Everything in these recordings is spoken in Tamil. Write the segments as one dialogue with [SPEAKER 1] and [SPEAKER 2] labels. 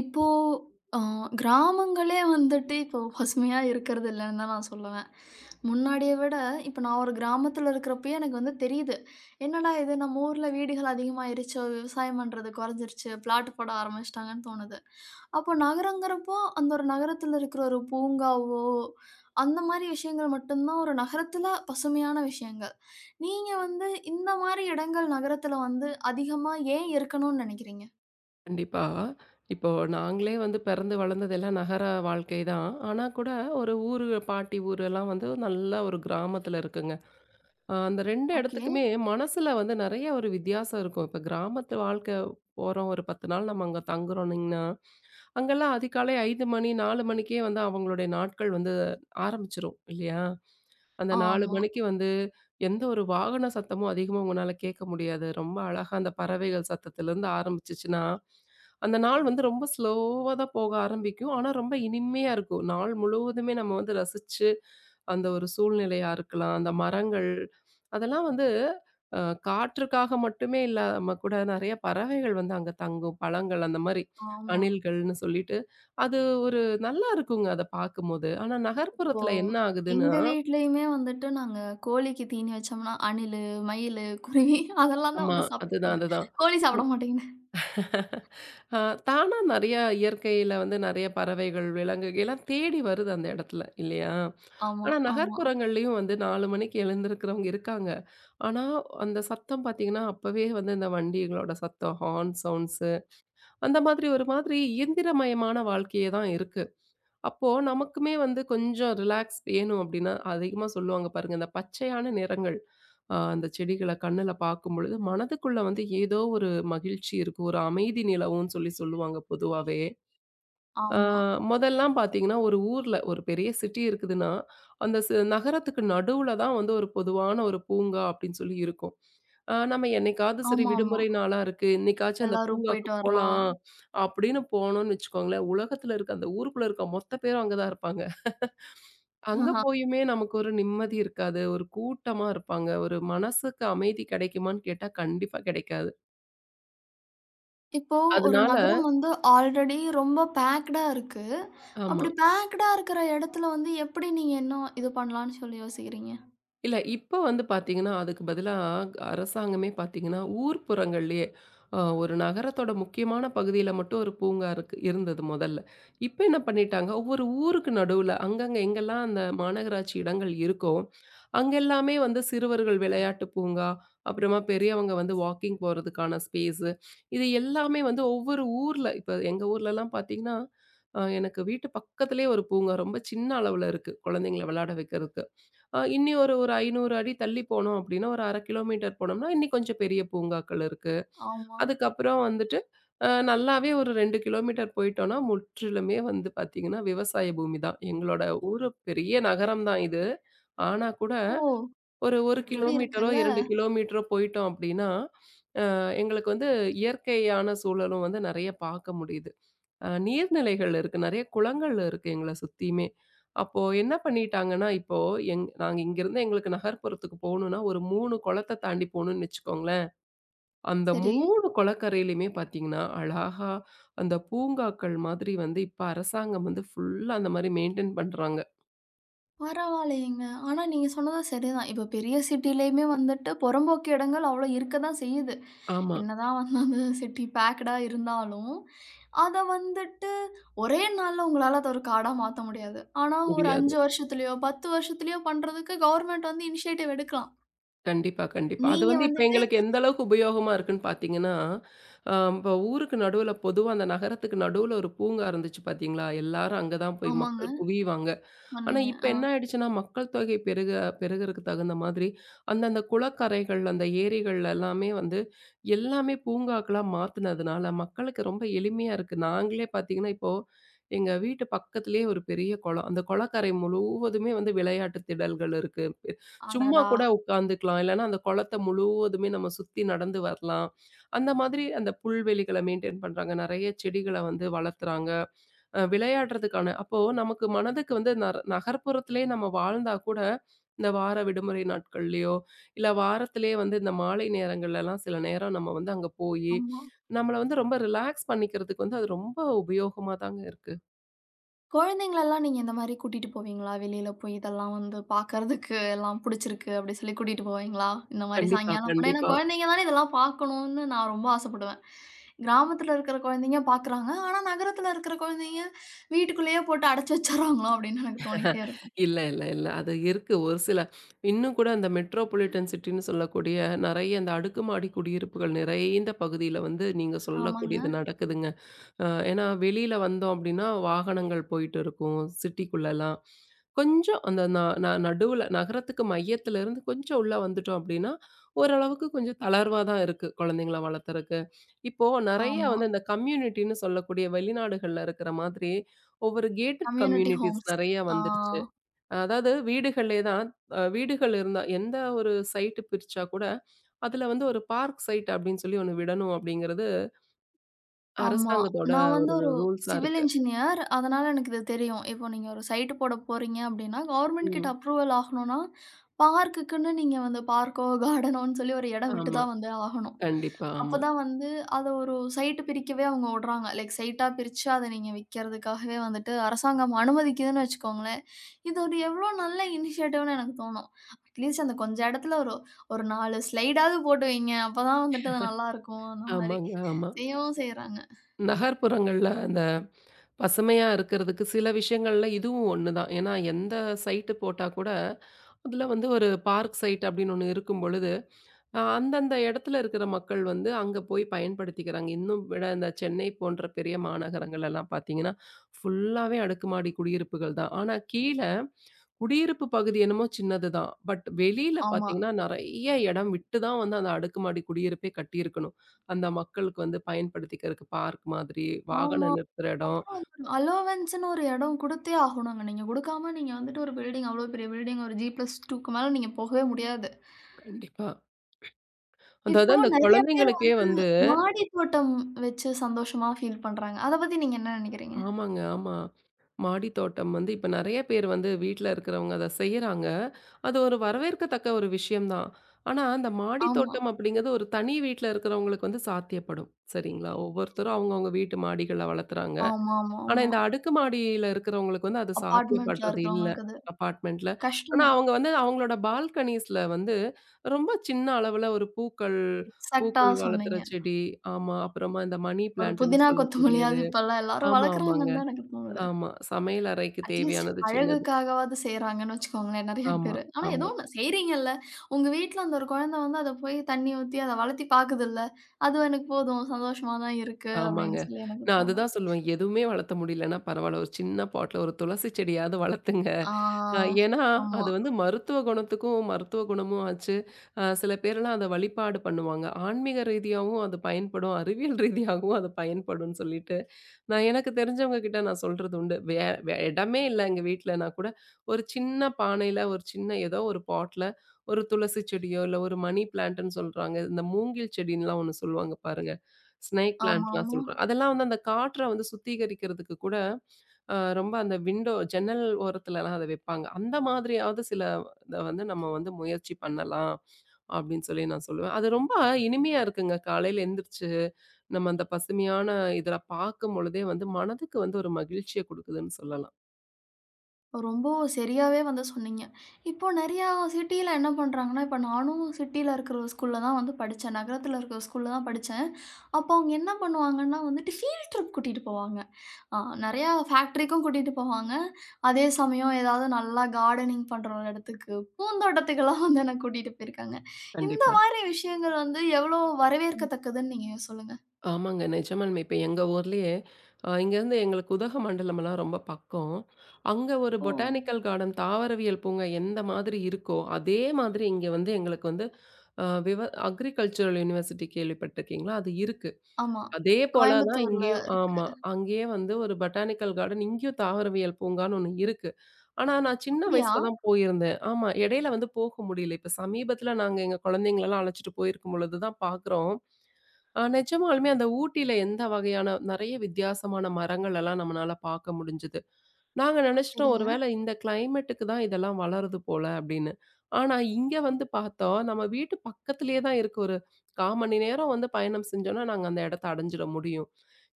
[SPEAKER 1] இப்போ அ கிராமங்களே வந்துட்டு இப்போ பசுமையா இருக்கிறது இல்லன்னு தான் நான் சொல்லுவேன். முன்னாடிய விட இப்ப நான் ஒரு கிராமத்துல இருக்கிறப்பயே எனக்கு வந்து தெரியுது. என்னடா இது நம்ம ஊர்ல வீடுகள் அதிகமாயிருச்சோ, விவசாயம் பண்றது குறைஞ்சிருச்சு, பிளாட் போட ஆரம்பிச்சுட்டாங்கன்னு தோணுது. அப்போ நகரங்கிறப்போ அந்த ஒரு நகரத்துல இருக்கிற ஒரு பூங்காவோ, அந்த மாரி விஷயங்கள் மட்டும் தான் ஒரு நகரத்துல பசுமையான விஷயங்கள். நீங்க வந்து இந்த மாரி இடங்கள் நகரத்துல வந்து அதிகமா ஏன் இருக்கணும்னு நினைக்கிறீங்க?
[SPEAKER 2] கண்டிப்பா. இப்போ நாங்களே வந்து பிறந்து வளர்ந்தது எல்லாம் நகர வாழ்க்கை தான். ஆனா கூட ஒரு ஊரு பாட்டி ஊர் எல்லாம் வந்து நல்ல ஒரு கிராமத்துல இருக்குங்க. அந்த 2
[SPEAKER 1] ஓகே.
[SPEAKER 2] இடத்துக்குமே மனசுல வந்து நெறைய ஒரு வித்தியாசம் இருக்கும். இப்ப கிராமத்து வாழ்க்கை போறோம் ஒரு 10 நாள் நம்ம அங்க தங்குறோம்னீங்கன்னா, அங்கெல்லாம் அதிகாலை 5 மணி 4 மணிக்கே வந்து அவங்களுடைய நாட்கள் வந்து ஆரம்பிச்சுரும் இல்லையா? அந்த 4
[SPEAKER 1] ஆமா,
[SPEAKER 2] மணிக்கு வந்து எந்த ஒரு வாகன சத்தமும் அதிகமா உங்கனால கேட்க முடியாது. ரொம்ப அழகா அந்த பறவைகள் சத்தத்திலருந்து ஆரம்பிச்சுச்சுன்னா, அந்த நாள் வந்து ரொம்ப ஸ்லோவா தான் போக ஆரம்பிக்கும். ஆனா ரொம்ப இனிமையா இருக்கும். நாள் முழுவதுமே நம்ம வந்து ரசிச்சு அந்த ஒரு சூழ்நிலையா இருக்கலாம். அந்த மரங்கள் அதெல்லாம் வந்து அ காற்றுக்காக மட்டுமே இல்லாம கூட நெறைய பறவைகள் வந்து அங்க தங்கும். பழங்கள் அந்த மாரி
[SPEAKER 1] ஆமா.
[SPEAKER 2] அணில்கள்னு சொல்லிட்டு, அது ஒரு நல்லா இருக்குங்க அத பார்க்கும்போது. ஆனா
[SPEAKER 1] இப்போ
[SPEAKER 2] நகர்ப்புறத்துல என்ன ஆகுதுன்னா
[SPEAKER 1] எங்க வீட்லயுமே வந்துட்டு நாங்க கோழிக்கு தீனி வச்சோம்னா, அணிலு, மயிலு, குருவி அதெல்லாம் தான்
[SPEAKER 2] ஆமா.
[SPEAKER 1] வந்து சாப்பிட்டு
[SPEAKER 2] அதுதான்,
[SPEAKER 1] போகுது.
[SPEAKER 2] அதுதான்.
[SPEAKER 1] கோழி சாப்பிட மாட்டேங்குது.
[SPEAKER 2] அ தானா நெறையா இயற்கையில வந்து நெறைய பறவைகள், விலங்குகள் எல்லாம் தேடி வருது அந்த இடத்துல இல்லையா?
[SPEAKER 1] ஆமா,
[SPEAKER 2] ஆனா
[SPEAKER 1] ஆமா,
[SPEAKER 2] நகர்ப்புறங்கள்லயும் வந்து 4 மணிக்கு எழுந்திருக்கிறவங்க இருக்காங்க. ஆனா அந்த சத்தம் பார்த்தீங்கன்னா, அப்பவே வந்து இந்த வண்டிகளோட சத்தம், ஹார்ன் சவுண்ட்ஸு அந்த மாதிரி ஒரு மாதிரி இயந்திரமயமான வாழ்க்கையே தான் இருக்கு. அப்போ நமக்குமே வந்து கொஞ்சம் ரிலாக்ஸ் வேணும் அப்படின்னா, அதிகமா சொல்லுவாங்க பாருங்க, இந்த பச்சையான நிறங்கள். அந்த செடிகள கண்ணுல பார்க்கும்பொழுது, மனதுக்குள்ள வந்து ஏதோ ஒரு மகிழ்ச்சி இருக்கும். ஒரு அமைதி நிலவும்ன்னு சொல்லி சொல்லுவாங்க பொதுவாவே. ஆ
[SPEAKER 1] ஆமா,
[SPEAKER 2] மொதல்லாம் பார்த்தீங்கன்னா, ஒரு ஊர்ல ஒரு பெரிய சிட்டி இருக்குதுன்னா, அந்த நகரத்துக்கு நடுவுல தான் வந்து ஒரு பொதுவான ஒரு பூங்கா அப்டின்னு சொல்லி இருக்கும். நம்ம என்னைக்காவது சரி
[SPEAKER 1] ஆமாமா.
[SPEAKER 2] விடுமுறை நாளா இருக்கு, இன்னைக்காச்சும் அந்த
[SPEAKER 1] எல்லாரும்
[SPEAKER 2] பூங்காக்கு
[SPEAKER 1] போயிட்டு வரலாம்.
[SPEAKER 2] போலாம் அப்படின்னு போனோம்னு வச்சுக்கோங்களேன், உலகத்துல இருக்க அந்த ஊருக்குள்ள இருக்க மொத்த பேரும் அங்க தான் இருப்பாங்க. அங்க போயுமே நமக்கு ஒரு நிம்மதி இருக்காது. ஒரு கூட்டமா இருப்பாங்க. ஒரு மனசுக்கு அமைதி கெடைக்குமான்னு கேட்டா கண்டிப்பா கெடைக்காது.
[SPEAKER 1] இப்போ ஒரு
[SPEAKER 2] அதனால
[SPEAKER 1] நகரம் வந்து ஆல்ரெடி ரொம்ப பேக்டா இருக்கு.
[SPEAKER 2] ஆமா.
[SPEAKER 1] அப்படி பேக்டா இருக்கிற இடத்துல வந்து எப்படி நீங்க இன்னும் இது பண்ணலாம்னு சொல்லி யோசிக்கிறீங்க?
[SPEAKER 2] இல்ல. இப்ப வந்து பார்த்தீங்கன்னா, அதுக்கு பதிலா அரசாங்கமே பார்த்தீங்கன்னா, ஊர்ப்புறங்கள்லயே ஒரு நகரத்தோட முக்கியமான பகுதியில மட்டும் ஒரு பூங்கா இருக்கு இருந்தது முதல்ல. இப்ப என்ன பண்ணிட்டாங்க, ஒவ்வொரு ஊருக்கு நடுவுல அங்கங்க எங்கெல்லாம் அந்த மாநகராட்சி இடங்கள் இருக்கோ, அங்க எல்லாமே வந்து சிறுவர்கள் விளையாட்டு பூங்கா, அப்புறமா பெரியவங்க வந்து வாக்கிங் போறதுக்கான ஸ்பேஸு, இது எல்லாமே வந்து ஒவ்வொரு ஊர்ல இப்ப எங்க ஊர்லலாம் பார்த்தீங்கன்னா, எனக்கு வீட்டு பக்கத்திலேயே ஒரு பூங்கா ரொம்ப சின்ன அளவுல இருக்கு. குழந்தைங்கள விளையாட வைக்கிறதுக்கு. இன்னி ஒரு ஒரு 500 அடி தள்ளி போனோம் அப்படின்னா, ஒரு 1/2 கிலோமீட்டர் போனோம்னா, இன்னி கொஞ்சம் பெரிய பூங்காக்கள் இருக்கு.
[SPEAKER 1] ஆமா.
[SPEAKER 2] அதுக்கப்புறம் வந்துட்டு, நல்லாவே ஒரு 2 கிலோமீட்டர் போயிட்டோம்னா, முற்றிலுமே வந்து பார்த்தீங்கன்னா, விவசாய பூமி தான். எங்களோட ஊரு பெரிய நகரம் தான் இது. ஆனா கூட,
[SPEAKER 1] ஓ!
[SPEAKER 2] ஒரு 1
[SPEAKER 1] இப்படி
[SPEAKER 2] கிலோமீட்டரோ,
[SPEAKER 1] இருக்குல்ல.
[SPEAKER 2] 2 கிலோமீட்டரோ போயிட்டோம் அப்படின்னா, அ எங்களுக்கு வந்து இயற்கையான சூழலும் வந்து நெறைய பார்க்க முடியுது. நீர்நிலைகள் இருக்கு. நெறைய குளங்கள் இருக்கு எங்கள சுத்தியுமே. அப்போ என்ன பண்ணிட்டாங்கன்னா, இப்போ நாங்க இங்கருந்து எங்களுக்கு நகர்ப்புறத்துக்கு போணும்னா, ஒரு 3 குளத்த தாண்டி போணும்னு வச்சுக்கோங்களேன். அந்த
[SPEAKER 1] சரி.
[SPEAKER 2] 3 குளக்கரையிலயுமே பார்த்தீங்கன்னா, அழகா அந்த பூங்காக்கள் மாதிரி வந்து இப்ப அரசாங்கம் வந்து ஃபுல்லா அந்த மாரி மெயின்டெயின் பண்றாங்க.
[SPEAKER 1] பரவாயில்லையேங்க. ஆனா நீங்க சொன்னதும் சரிதான். இப்ப பெரிய சிட்டிலயுமே வந்துட்டு புறம்போக்கு இடங்கள் அவ்ளோ இருக்கதான் செய்யுது.
[SPEAKER 2] ஆமா.
[SPEAKER 1] என்னதான் வந்து அந்த சிட்டி பேக்டா இருந்தாலும், அத வந்துட்டு ஒரே நாள்ல உங்களால அத ஒரு காடா மாத்த முடியாது. ஆனா ஒரு
[SPEAKER 2] முடியாது.
[SPEAKER 1] 5 வருஷத்துலயோ, 10 வருஷத்துலயோ பண்றதுக்கு கவர்ன்மெண்ட் வந்து இனிஷியேட்டிவ் எடுக்கலாம்.
[SPEAKER 2] கண்டிப்பா, கண்டிப்பா. அது
[SPEAKER 1] நீங்க
[SPEAKER 2] வந்து இப்ப
[SPEAKER 1] வந்துட்டு
[SPEAKER 2] எங்களுக்கு எந்த அளவுக்கு உபயோகமா இருக்குன்னு பார்த்தீங்கன்னா, இப்ப ஊருக்கு நடுவுல பொதுவா அந்த நகரத்துக்கு நடுவுல ஒரு பூங்கா இருந்துச்சு பார்த்தீங்களா? எல்லாரும் அங்க தான் போய்
[SPEAKER 1] ஆமாங்க,
[SPEAKER 2] மக்கள் குவிவாங்க. ஆனா
[SPEAKER 1] சொன்னீங்க.
[SPEAKER 2] இப்ப
[SPEAKER 1] ஆ.
[SPEAKER 2] என்ன ஆயிடுச்சுன்னா, மக்கள் தொகை பெருக பெருகறக்கு தகுந்த மாதிரி, அந்தந்த குளக்கரைகள், அந்த ஏரிகள்ல எல்லாமே வந்து, எல்லாமே பூங்காக்களா மாத்துனதுனால, மக்களுக்கு ரொம்ப எளிமையா இருக்கு. நாங்களே பாத்தீங்கன்னா, இப்போ எங்க வீட்டு பக்கத்திலேயே ஒரு பெரிய குளம். அந்த குளக்கரை முழுவதுமே வந்து விளையாட்டு திடல்கள் இருக்கு. சும்மா
[SPEAKER 1] அடடா!
[SPEAKER 2] கூட உட்காந்துக்கலாம். இல்லன்னா அந்த குளத்த முழுவதுமே நம்ம சுத்தி நடந்து வரலாம். அந்த மாதிரி அந்த புல்வெளிகள மெயின்டெயின் பண்றாங்க. நெறைய செடிகள வந்து வளர்த்துறாங்க. விளையாடுறதுக்கான அப்போ நமக்கு மனதுக்கு வந்து நகர்ப்புறத்திலே நம்ம வாழ்ந்தா கூட, இந்த வார விடுமுறை நாட்கள்லயோ, இல்ல வாரத்திலே வந்து இந்த மாலை நேரங்கள்லலாம் சில நேரம் நம்ம வந்து அங்க போயி,
[SPEAKER 1] ஆமா.
[SPEAKER 2] நம்மள வந்து ரொம்ப ரிலாக்ஸ் பண்ணிக்கிறதுக்கு வந்து அது ரொம்ப உபயோகமா தாங்க இருக்கு.
[SPEAKER 1] குழந்தைங்களெல்லாம் நீங்க இந்த மாரி கூட்டிட்டு போவீங்களா? வெளியில போய் இதெல்லாம் வந்து பார்க்கறதுக்கு எல்லாம் புடிச்சிருக்கு அப்படி சொல்லி கூட்டிட்டு போவீங்களா? இந்த மாரி
[SPEAKER 2] கண்டிப்பா,
[SPEAKER 1] சாயங்காலம் போனா ஏன்னா
[SPEAKER 2] கண்டிப்பா.
[SPEAKER 1] குழந்தைங்க தானே இதெல்லாம் பார்க்கணும்னு நான் ரொம்ப ஆசைப்படுவேன். கிராமத்துல இருக்கிற குழந்தைங்க பார்க்குறாங்க. ஆனா நகரத்துல இருக்கிற குழந்தைங்க வீட்டுக்குள்ளேயே போட்டு அடைச்சு வச்சுர்றாங்களோ அப்படின்னு எனக்கு தோணிட்டே இருக்கும்.
[SPEAKER 2] இல்ல, இல்ல, இல்ல. அது இருக்கு ஒரு சில இன்னும் கூட அந்த மெட்ரோபொலிட்டன் சிட்டின்னு சொல்லக்கூடிய நெறைய இந்த அடுக்குமாடி குடியிருப்புகள் நிறைந்த பகுதியில வந்து நீங்க
[SPEAKER 1] ஆமாங்க.
[SPEAKER 2] சொல்லக்கூடியது நடக்குதுங்க. ஏன்னா வெளியில வந்தோம் அப்படின்னா, வாகனங்கள் போயிட்டு இருக்கும். சிட்டிக்குள்ளலாம். கொஞ்சம் அந்த ந ந நடுவுல நகரத்துக்கு மையத்துல இருந்து கொஞ்சம் உள்ள வந்துட்டோம் அப்படின்னா, ஓரளவுக்கு கொஞ்சம் தளர்வா தான் இருக்கு குழந்தைங்கள வளர்த்தறக்கு. இப்போ நெறைய
[SPEAKER 1] ஆமா.
[SPEAKER 2] வந்து இந்த கம்யூனிட்டின்னு சொல்லக்கூடிய வெளிநாடுகள்ல இருக்கிற மாதிரி, ஒவ்வொரு கேட்டட்
[SPEAKER 1] கம்யூனிட்டி
[SPEAKER 2] கம்யூனிட்டீஸ்
[SPEAKER 1] ஹோம்ஸ்.
[SPEAKER 2] நெறைய
[SPEAKER 1] ஆ.
[SPEAKER 2] வந்துருச்சு. அதாவது வீடுகள்லே தான் வீடுகள் இருந்தா எந்த ஒரு சைட் பிரிச்சா கூட, அதுல வந்து ஒரு பார்க் சைட் அப்படின்னு சொல்லி ஒண்ணு விடணும் அப்படிங்கிறது
[SPEAKER 1] ஆமா.
[SPEAKER 2] அரசாங்கத்தோட
[SPEAKER 1] நான் வந்து
[SPEAKER 2] ஒரு
[SPEAKER 1] ஒரு
[SPEAKER 2] ரூல்ஸா
[SPEAKER 1] சிவில்
[SPEAKER 2] இருக்கு.
[SPEAKER 1] இன்ஜினியர். அதனால எனக்கு இது தெரியும். இப்போ நீங்க ஒரு சைட் போட போறீங்க அப்படின்னா, கவர்ன்மெண்ட் கிட்ட
[SPEAKER 2] ம்.
[SPEAKER 1] அப்ரூவல் ஆகணும்னா, பார்க்குக்குன்னு நீங்க வந்து பார்க்கோ, கார்டனோன்னு சொல்லி ஒரு இடம் விட்டு
[SPEAKER 2] ஆமா.
[SPEAKER 1] தான் வந்து ஆகணும்.
[SPEAKER 2] கண்டிப்பா. ஆமா.
[SPEAKER 1] அப்பதான் வந்து அத ஒரு சைட் பிரிக்கவே அவங்க விடுறாங்க. லைக் சைட்டா பிரிச்சு அத நீங்க விக்கிறதுக்காகவே வந்துட்டு அரசாங்கம் அனுமதிக்குதுன்னு வச்சுக்கோங்களேன். இது ஒரு எவ்ளோ நல்ல இனிஷியேட்டிவ்னு எனக்கு தோணும். அட்லீஸ்ட் அந்த கொஞ்ச இடத்துல ஒரு ஒரு 4 ஸ்லைடாவது போட்டு வைங்க. அப்பதான் வந்துட்டு அது நல்லாருக்கும். அந்த மாரி
[SPEAKER 2] ஆமாங்க. ஆமா.
[SPEAKER 1] செய்யவும் செய்றாங்க.
[SPEAKER 2] நகர்ப்புறங்கள்ல அந்த பசுமையா இருக்கிறதுக்கு சில விஷயங்கள்ல இதுவும் ஒண்ணுதான். ஏன்னா எந்த சைட்டு போட்டா கூட, அதுல வந்து ஒரு பார்க் சைட் அப்படின்னு ஒண்ணு இருக்கும் பொழுது, அந்தந்த இடத்துல இருக்கிற மக்கள் வந்து அங்க போய் பயன்படுத்திக்கிறாங்க. இன்னும் விட இந்த சென்னை போன்ற பெரிய மாநகரங்கள் எல்லாம் பார்த்தீங்கன்னா, ஃபுல்லாவே அடுக்குமாடி குடியிருப்புகள் தான். ஆனா கீழ குடியிருப்பு பகுதி என்னமோ சின்னதுதான். பட் வெளியில
[SPEAKER 1] ஆமா,
[SPEAKER 2] பார்த்தீங்கன்னா, நெறைய இடம் விட்டு தான் வந்து அந்த அடுக்குமாடி குடியிருப்பே கட்டியிருக்கணும். அந்த மக்களுக்கு வந்து பயன்படுத்திக்கிறதுக்கு பார்க் மாதிரி,
[SPEAKER 1] ஆமா.
[SPEAKER 2] வாகனம் நிறுத்துற இடம்.
[SPEAKER 1] அப்புறம் அலோவன்ஸ்ன்னு ஒரு இடம் குடுத்தே ஆகணுங்க. நீங்க குடுக்காம நீங்க வந்துட்டு ஒரு பில்டிங் அவ்ளோ பெரிய பில்டிங் ஒரு G+2க்கு மேல நீங்க போகவே முடியாது.
[SPEAKER 2] கண்டிப்பா. அதாவது
[SPEAKER 1] இப்போ
[SPEAKER 2] அந்த
[SPEAKER 1] நெறைய பேர்
[SPEAKER 2] குழந்தைங்களுக்கே வந்து
[SPEAKER 1] மாடி தோட்டம் வச்சு சந்தோஷமா ஃபீல் பண்றாங்க. அத பத்தி நீங்க என்ன நெனைக்கிறீங்க?
[SPEAKER 2] ஆமாங்க, ஆமா. மாடி தோட்டம் வந்து இப்ப நெறைய பேர் வந்து வீட்ல இருக்கிறவங்க அத செய்யறாங்க. அது ஒரு வரவேற்கத்தக்க ஒரு விஷயம் தான். ஆனா, அந்த மாடி
[SPEAKER 1] ஆமா,
[SPEAKER 2] தோட்டம் அப்படிங்கிறது ஒரு தனி வீட்ல இருக்கிறவங்களுக்கு வந்து சாத்தியப்படும். சரிங்களா? ஒவ்வொருத்தரும் அவங்கவங்க வீட்டு மாடிகள்ல வளர்த்துறாங்க. ஆனா,
[SPEAKER 1] ஆமாமாமா.
[SPEAKER 2] இந்த அடுக்குமாடியில இருக்கிறவங்களுக்கு வந்து அது
[SPEAKER 1] அபார்ட்மெண்ட்ல
[SPEAKER 2] சாத்தியப்படுறது இல்ல.
[SPEAKER 1] இருக்கிறவங்களுக்கு அது
[SPEAKER 2] அபார்ட்மெண்ட்ல.
[SPEAKER 1] கஷ்டம்
[SPEAKER 2] ஆனா,
[SPEAKER 1] தான்.
[SPEAKER 2] அவங்க வந்து அவங்களோட பால்கனிஸ்ல வந்து ரொம்ப சின்ன அளவுல ஒரு பூக்கள்
[SPEAKER 1] எக்ஸாக்ட்டா
[SPEAKER 2] பூக்கள் வளர்த்துற
[SPEAKER 1] சொன்னீங்க.
[SPEAKER 2] செடி, ஆமா. அப்புறமா இந்த மணி
[SPEAKER 1] ஒரு
[SPEAKER 2] பிளான்ட்ன்னு
[SPEAKER 1] புதினா,
[SPEAKER 2] சொல்லக்கூடியது.
[SPEAKER 1] கொத்தமல்லியாவது இப்பல்லாம் எல்லாரும்
[SPEAKER 2] ஆமா, ஆமாங்க.
[SPEAKER 1] வளர்க்குறாங்கன்னு தான் எனக்கு தோணுது.
[SPEAKER 2] ஆமா. சமையல் அறைக்கு
[SPEAKER 1] அட்லீஸ்ட்
[SPEAKER 2] தேவையானது சின்னது.
[SPEAKER 1] அழகுக்காகவாவது செய்றாங்கன்னு வச்சுக்கோங்களேன் நெறைய
[SPEAKER 2] ஆமா,
[SPEAKER 1] பேரு. ஆனா ஏதோ
[SPEAKER 2] ஆமா,
[SPEAKER 1] ஒண்ணு செய்றீங்கல்ல. உங்க வீட்ல அந்த ஒரு குழந்தை வந்து அத போய் தண்ணி ஊத்தி அத வளர்த்தி பாக்குதுல்ல. அது எனக்கு போதும் சந்தோஷமா தான் இருக்கு
[SPEAKER 2] ஆமாங்க.
[SPEAKER 1] அப்படின்னு சொல்லி எனக்கு
[SPEAKER 2] நான்
[SPEAKER 1] தோணும்.
[SPEAKER 2] அதுதான் சொல்லுவேன். எதுவுமே வளர்த்த முடியலன்னா பரவால்ல. ஒரு சின்ன பாட்ல ஒரு துளசி செடியாவது வளர்த்துங்க.
[SPEAKER 1] ஆ.
[SPEAKER 2] ஏன்னா, அது
[SPEAKER 1] ஆமா.
[SPEAKER 2] வந்து மருத்துவ குணத்துக்கும் மருத்துவ குணமும் ஆச்சு. சில பேர்லாம் அத வழிபாடு பண்ணுவாங்க. ஆன்மீக ரீதியாவும் அது பயன்படும். அறிவியல் ரீதியாகவும் அது பயன்படும்னு சொல்லிட்டு, நான் எனக்கு தெரிஞ்சவங்க கிட்ட நான் சொல்றது உண்டு. வே வே இடமே இல்ல எங்க வீட்லனா கூட, ஒரு சின்ன பானையில, ஒரு சின்ன ஏதோ ஒரு பாட்ல, ஒரு துளசி செடியோ, இல்ல ஒரு மணி பிளான்ட்ன்னு சொல்றாங்க. இந்த மூங்கில் செடின்லாம் ஒண்ணு சொல்லுவாங்க பாருங்க. ஸ்னேக் பிளான்ட்லாம்
[SPEAKER 1] ஆமாமா.
[SPEAKER 2] சொல்றாங்க. அதெல்லாம் வந்து அந்த காற்ற வந்து சுத்திகரிக்கிறதுக்கு கூட, ரொம்ப அந்த விண்டோ ஜன்னல் ஓரத்துலலாம் அத வைப்பாங்க. அந்த மாதிரியாவது சில இத வந்து நம்ம வந்து முயற்சி பண்ணலாம், அப்படின்னு சொல்லி நான் சொல்லுவேன். அது ரொம்ப இனிமையா இருக்குங்க. காலையில எந்திரிச்சு நம்ம அந்த பசுமையான இதில பார்க்கும்பொழுதே வந்து மனதுக்கு வந்து ஒரு மகிழ்ச்சிய குடுக்குதுன்னு சொல்லலாம்.
[SPEAKER 1] ரொம்ப சரியாவே வந்து சொன்னீங்க. இப்போ நெறையா சிட்டியில என்ன பண்றாங்கன்னா, இப்ப நானும் சிட்டியில இருக்கிற ஒரு ஸ்கூல்ல தான் வந்து படிச்சேன். நகரத்தில இருக்கிற ஸ்கூல்ல தான் படிச்சேன். அப்போ அவங்க என்ன பண்ணுவாங்கன்னா வந்துட்டு ஃபீல்ட் ட்ரிப் கூட்டிட்டு போவாங்க. ஆ நெறையா ஃபேக்டரிக்கும் கூட்டிட்டு போவாங்க. அதே சமயம் ஏதாவது நல்லா கார்டனிங் பண்ற ஒரு இடத்துக்கு, பூந்தோட்டத்துக்கெல்லாம் வந்து என்ன கூட்டிட்டு போயிருக்காங்க. இந்த
[SPEAKER 2] கண்டிப்பா.
[SPEAKER 1] மாரி விஷயங்கள் வந்து எவ்வளோ வரவேற்கத்தக்கதுன்னு நீங்க சொல்லுங்க?
[SPEAKER 2] ஆமாங்க. நிஜமாலுமே. இப்ப எங்க ஊர்லயே இங்கேருந்து எங்களுக்கு உதகமண்டலம்லாம் ரொம்ப பக்கம். அங்க ஒரு
[SPEAKER 1] ஓ!
[SPEAKER 2] பொட்டானிக்கல் கார்டன் தாவரவியல் பூங்கா எந்த மாதிரி இருக்கோ, அதே மாதிரி இங்க வந்து எங்களுக்கு வந்து அ விவ அக்ரிகல்ச்சுரல் யூனிவர்சிட்டி கேள்விப்பட்டிருக்கீங்களா? அது இருக்கு.
[SPEAKER 1] ஆமா.
[SPEAKER 2] அதே போல தான்
[SPEAKER 1] கோயம்புத்தூர்ல
[SPEAKER 2] இங்கேயும்
[SPEAKER 1] இருக்கு.
[SPEAKER 2] ஆமா. அங்கேயே வந்து ஒரு பொட்டானிக்கல் கார்டன் இங்கேயும் தாவரவியல் பூங்கான்னு ஒண்ணு இருக்கு. ஆனா, நான் சின்ன
[SPEAKER 1] அப்படியா?
[SPEAKER 2] வயசுல தான் போயிருந்தேன். ஆமா. இடையில வந்து போக முடியல. இப்ப சமீபத்தில நாங்க எங்க குழந்தைங்களலாம் அழைச்சுட்டு போயிருக்கும் பொழுது தான் பார்க்குறோம். நிஜமாலுமே அந்த ஊட்டியில எந்த வகையான நெறைய வித்தியாசமான மரங்களெல்லாம் நம்மனால பார்க்க முடிஞ்சது. நாங்க நெனச்சுட்டோம், ஒரு
[SPEAKER 1] சரிங்க.
[SPEAKER 2] வேளை இந்த கிளைமேட்டுக்கு தான் இதெல்லாம் வளருது போல அப்படின்னு. ஆனா இங்க வந்து பார்த்தோம், நம்ம வீட்டு பக்கத்திலேயே தான் இருக்கு. ஒரு 1/4 மணி நேரம் வந்து பயணம் செஞ்சோம்னா, நாங்க அந்த இடத்த அடைஞ்சிட முடியும்.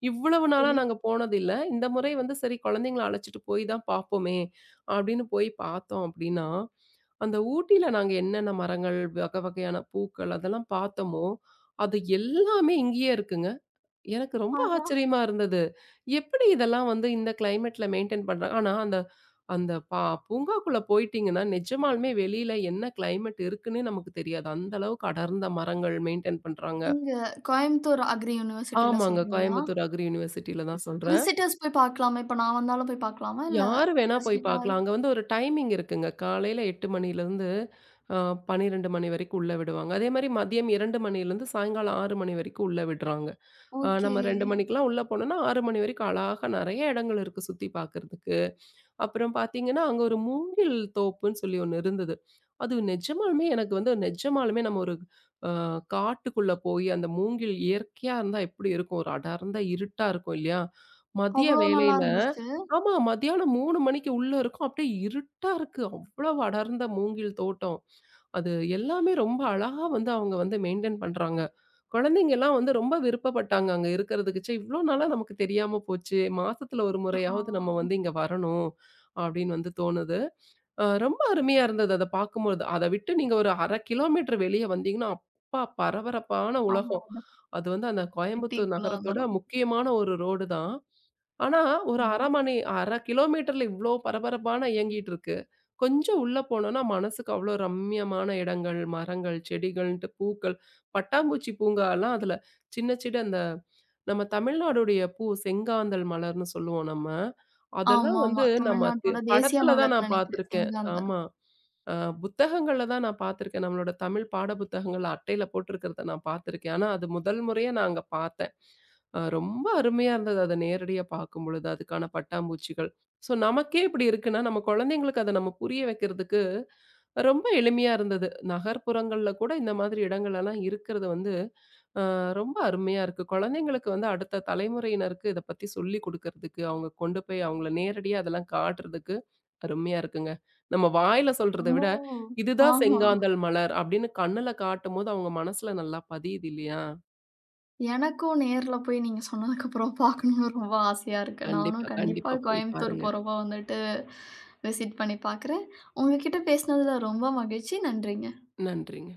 [SPEAKER 2] இவ்வளவு நாளா
[SPEAKER 1] சரி.
[SPEAKER 2] நாங்க போனதில்ல. இந்த முறை வந்து சரி குழந்தைங்கள அழைச்சிட்டு போய் தான் பார்ப்போமே அப்படின்னு போய் பார்த்தோம் அப்படின்னா, அந்த ஊட்டியில நாங்க என்னென்ன மரங்கள், வகை வகையான பூக்கள் அதெல்லாம் பார்த்தோமோ, அது எல்லாமே இங்கேயே இருக்குங்க. எனக்கு ரொம்ப
[SPEAKER 1] பார்றா!
[SPEAKER 2] ஆச்சரியமா இருந்தது. எப்படி இதெல்லாம் வந்து இந்த கிளைமேட்ல மெயின்டெயின் பண்றாங்க? ஆனா அந்த அந்த பா பூங்காக்குள்ள போயிட்டீங்கன்னா, நிஜமாலுமே வெளியில என்ன கிளைமேட் இருக்குன்னே நமக்கு தெரியாது. அந்த அளவுக்கு அடர்ந்த மரங்கள் மெயின்டெயின் பண்றாங்க.
[SPEAKER 1] இங்க கோயம்புத்தூர் அக்ரி யூனிவர்சிட்டில
[SPEAKER 2] ஆமாங்க.
[SPEAKER 1] சொல்றீங்களா?
[SPEAKER 2] கோயம்புத்தூர் அக்ரி யூனிவர்சிட்டில தான் சொல்றேன்.
[SPEAKER 1] விசிட்டர்ஸ் போய் பார்க்கலாமா? இப்ப நான் வந்தாலும் போய் பார்க்கலாமா? இல்ல
[SPEAKER 2] யாரு வேணா போய்
[SPEAKER 1] ஸ்பெசிஃபிக்கா அது
[SPEAKER 2] பார்க்கலாம். அங்க வந்து ஒரு டைமிங் இருக்குங்க. காலையில 8 மணியிலருந்து அ 12 மணி வரைக்கும் உள்ள விடுவாங்க. அதே மாரி மதியம் 2 மணியிலருந்து சாயங்காலம் 6 மணி வரைக்கும் உள்ள விடுறாங்க.
[SPEAKER 1] ஓகே.
[SPEAKER 2] நம்ம 2 மணிக்கெல்லாம் உள்ள போனோம்னா 6 மணி வரைக்கும் அழகா நெறைய இடங்கள் இருக்கு சுத்தி பார்க்கறதுக்கு. அப்புறம் பார்த்தீங்கன்னா, அங்க ஒரு மூங்கில் தோப்புன்னு சொல்லி ஒண்ணு இருந்தது. அது நிஜமாலுமே எனக்கு வந்து நிஜமாலுமே நம்ம ஒரு அ காட்டுக்குள்ள போய் அந்த மூங்கில் இயற்கையா இருந்தா எப்படி இருக்கும்? ஒரு அடர்ந்த இருட்டா இருக்கும் இல்லையா? மதிய
[SPEAKER 1] அவ்வளோ நல்லா
[SPEAKER 2] வேளையில
[SPEAKER 1] இருந்துச்சு.
[SPEAKER 2] ஆமா மதியானம் 3 மணிக்கு உள்ள இருக்கோம். அப்படியே இருட்டா இருக்கு. அவ்வளவு அடர்ந்த மூங்கில் தோட்டம். அது எல்லாமே ரொம்ப அழகா வந்து அவங்க வந்து மெயின்டெயின் பண்றாங்க. குழந்தைங்கலாம் வந்து ரொம்ப விருப்பப்பட்டாங்க அங்க இருக்கிறதுக்கு. ச்சே! இவ்ளோ நாளா நமக்கு தெரியாம போச்சே! மாசத்துல ஒரு
[SPEAKER 1] ஆ
[SPEAKER 2] முறையாவது நம்ம வந்து இங்க வரணும். அப்படின்னு வந்து தோணுது. ரொம்ப அருமையா இருந்தது அத பார்க்கும்போது. அத விட்டு நீங்க ஒரு 1/2 கிலோமீட்டர் வெளிய வந்தீங்கன்னா, அப்பா பரபரப்பான உலகம்.
[SPEAKER 1] அவ்வளோதான்.
[SPEAKER 2] அது வந்து அந்த கோயம்புத்தூர்
[SPEAKER 1] சிட்டிக்குள்ள
[SPEAKER 2] நகரத்தோட
[SPEAKER 1] வந்துரும்.
[SPEAKER 2] முக்கியமான ஒரு ரோடு தான். ஆனா, ஒரு
[SPEAKER 1] ஆமா.
[SPEAKER 2] 1/2 கிலோமீட்டர்ல இவ்ளோ பரபரப்பான இயங்கிட்டு இருக்கு. கொஞ்சம் உள்ள போனோம்னா, மனசுக்கு அவ்ளோ ரம்மியமான இடங்கள், மரங்கள், செடிகள்ன்ட்டு பூக்கள், பட்டாம்பூச்சி பூங்காலாம் அதுல சின்ன சின்ன அந்த நம்ம தமிழ்நாடுடைய பூ செங்காந்தள் மலர்ன்னு சொல்லுவோம் நம்ம. அதெல்லாம்
[SPEAKER 1] ஆமாமா.
[SPEAKER 2] வந்து நம்ம தி
[SPEAKER 1] தமிழ்நாட்டோட தேசிய
[SPEAKER 2] படத்துல தான்
[SPEAKER 1] மலர்ன்னு
[SPEAKER 2] நான்
[SPEAKER 1] நெனைக்கிறேன்.
[SPEAKER 2] பார்த்துருக்கேன்.
[SPEAKER 1] செங்காந்தா.
[SPEAKER 2] ஆமா. அ புத்தகங்கள்ல தான் நான் பார்த்துருக்கேன். நம்மளோட தமிழ் பாட புத்தகங்கள்ல அட்டையில போட்டிருக்கிறத நான் பார்த்துருக்கேன். ஆனா அது முதல் முறையா நான் அங்க பார்த்தேன். ரொம்ப அருமையா இருந்தது அத நேரடியா பார்க்கும்பொழுது. அதுக்கான பட்டாம்பூச்சிகள். ஸோ நமக்கே இப்படி இருக்குன்னா, நம்ம குழந்தைங்களுக்கு அத நம்ம புரிய வைக்கிறதுக்கு ரொம்ப எளிமையா இருந்தது. நகர்ப்புறங்கள்ல கூட இந்த மாதிரி இடங்கள்லாம் இருக்கிறது வந்து அ ரொம்ப அருமையா இருக்கு. குழந்தைங்களுக்கு வந்து அடுத்த தலைமுறையினருக்கு இத பத்தி சொல்லிக் குடுக்கறதுக்கு, அவங்க கொண்டு போய் அவங்கள நேரடியா அதெல்லாம் காட்டுறதுக்கு அருமையா இருக்குங்க. நம்ம வாயில சொல்றத
[SPEAKER 1] ஓ!
[SPEAKER 2] விட, "இதுதான்
[SPEAKER 1] ஆமா.
[SPEAKER 2] செங்காந்தள் மலர்" அப்படின்னு கண்ணுல காட்டும்போது அவங்க மனசுல நல்லா பதியுது இல்லையா?
[SPEAKER 1] எனக்கும் நேர்ல போய் நீங்க சொன்னதுக்கப்புறம் பார்க்கணும்னு ரொம்ப ஆசையா இருக்கு. நானும்
[SPEAKER 2] கண்டிப்பா,
[SPEAKER 1] கண்டிப்பா
[SPEAKER 2] கண்டிப்பா போய்
[SPEAKER 1] கோயம்புத்தூர்
[SPEAKER 2] பாருங்க.
[SPEAKER 1] போறப்போ வந்துட்டு விசிட் பண்ணி பார்க்குறேன். உங்க கிட்ட பேசினதுல ரொம்ப மகிழ்ச்சி. நன்றிங்க.
[SPEAKER 2] நன்றிங்க.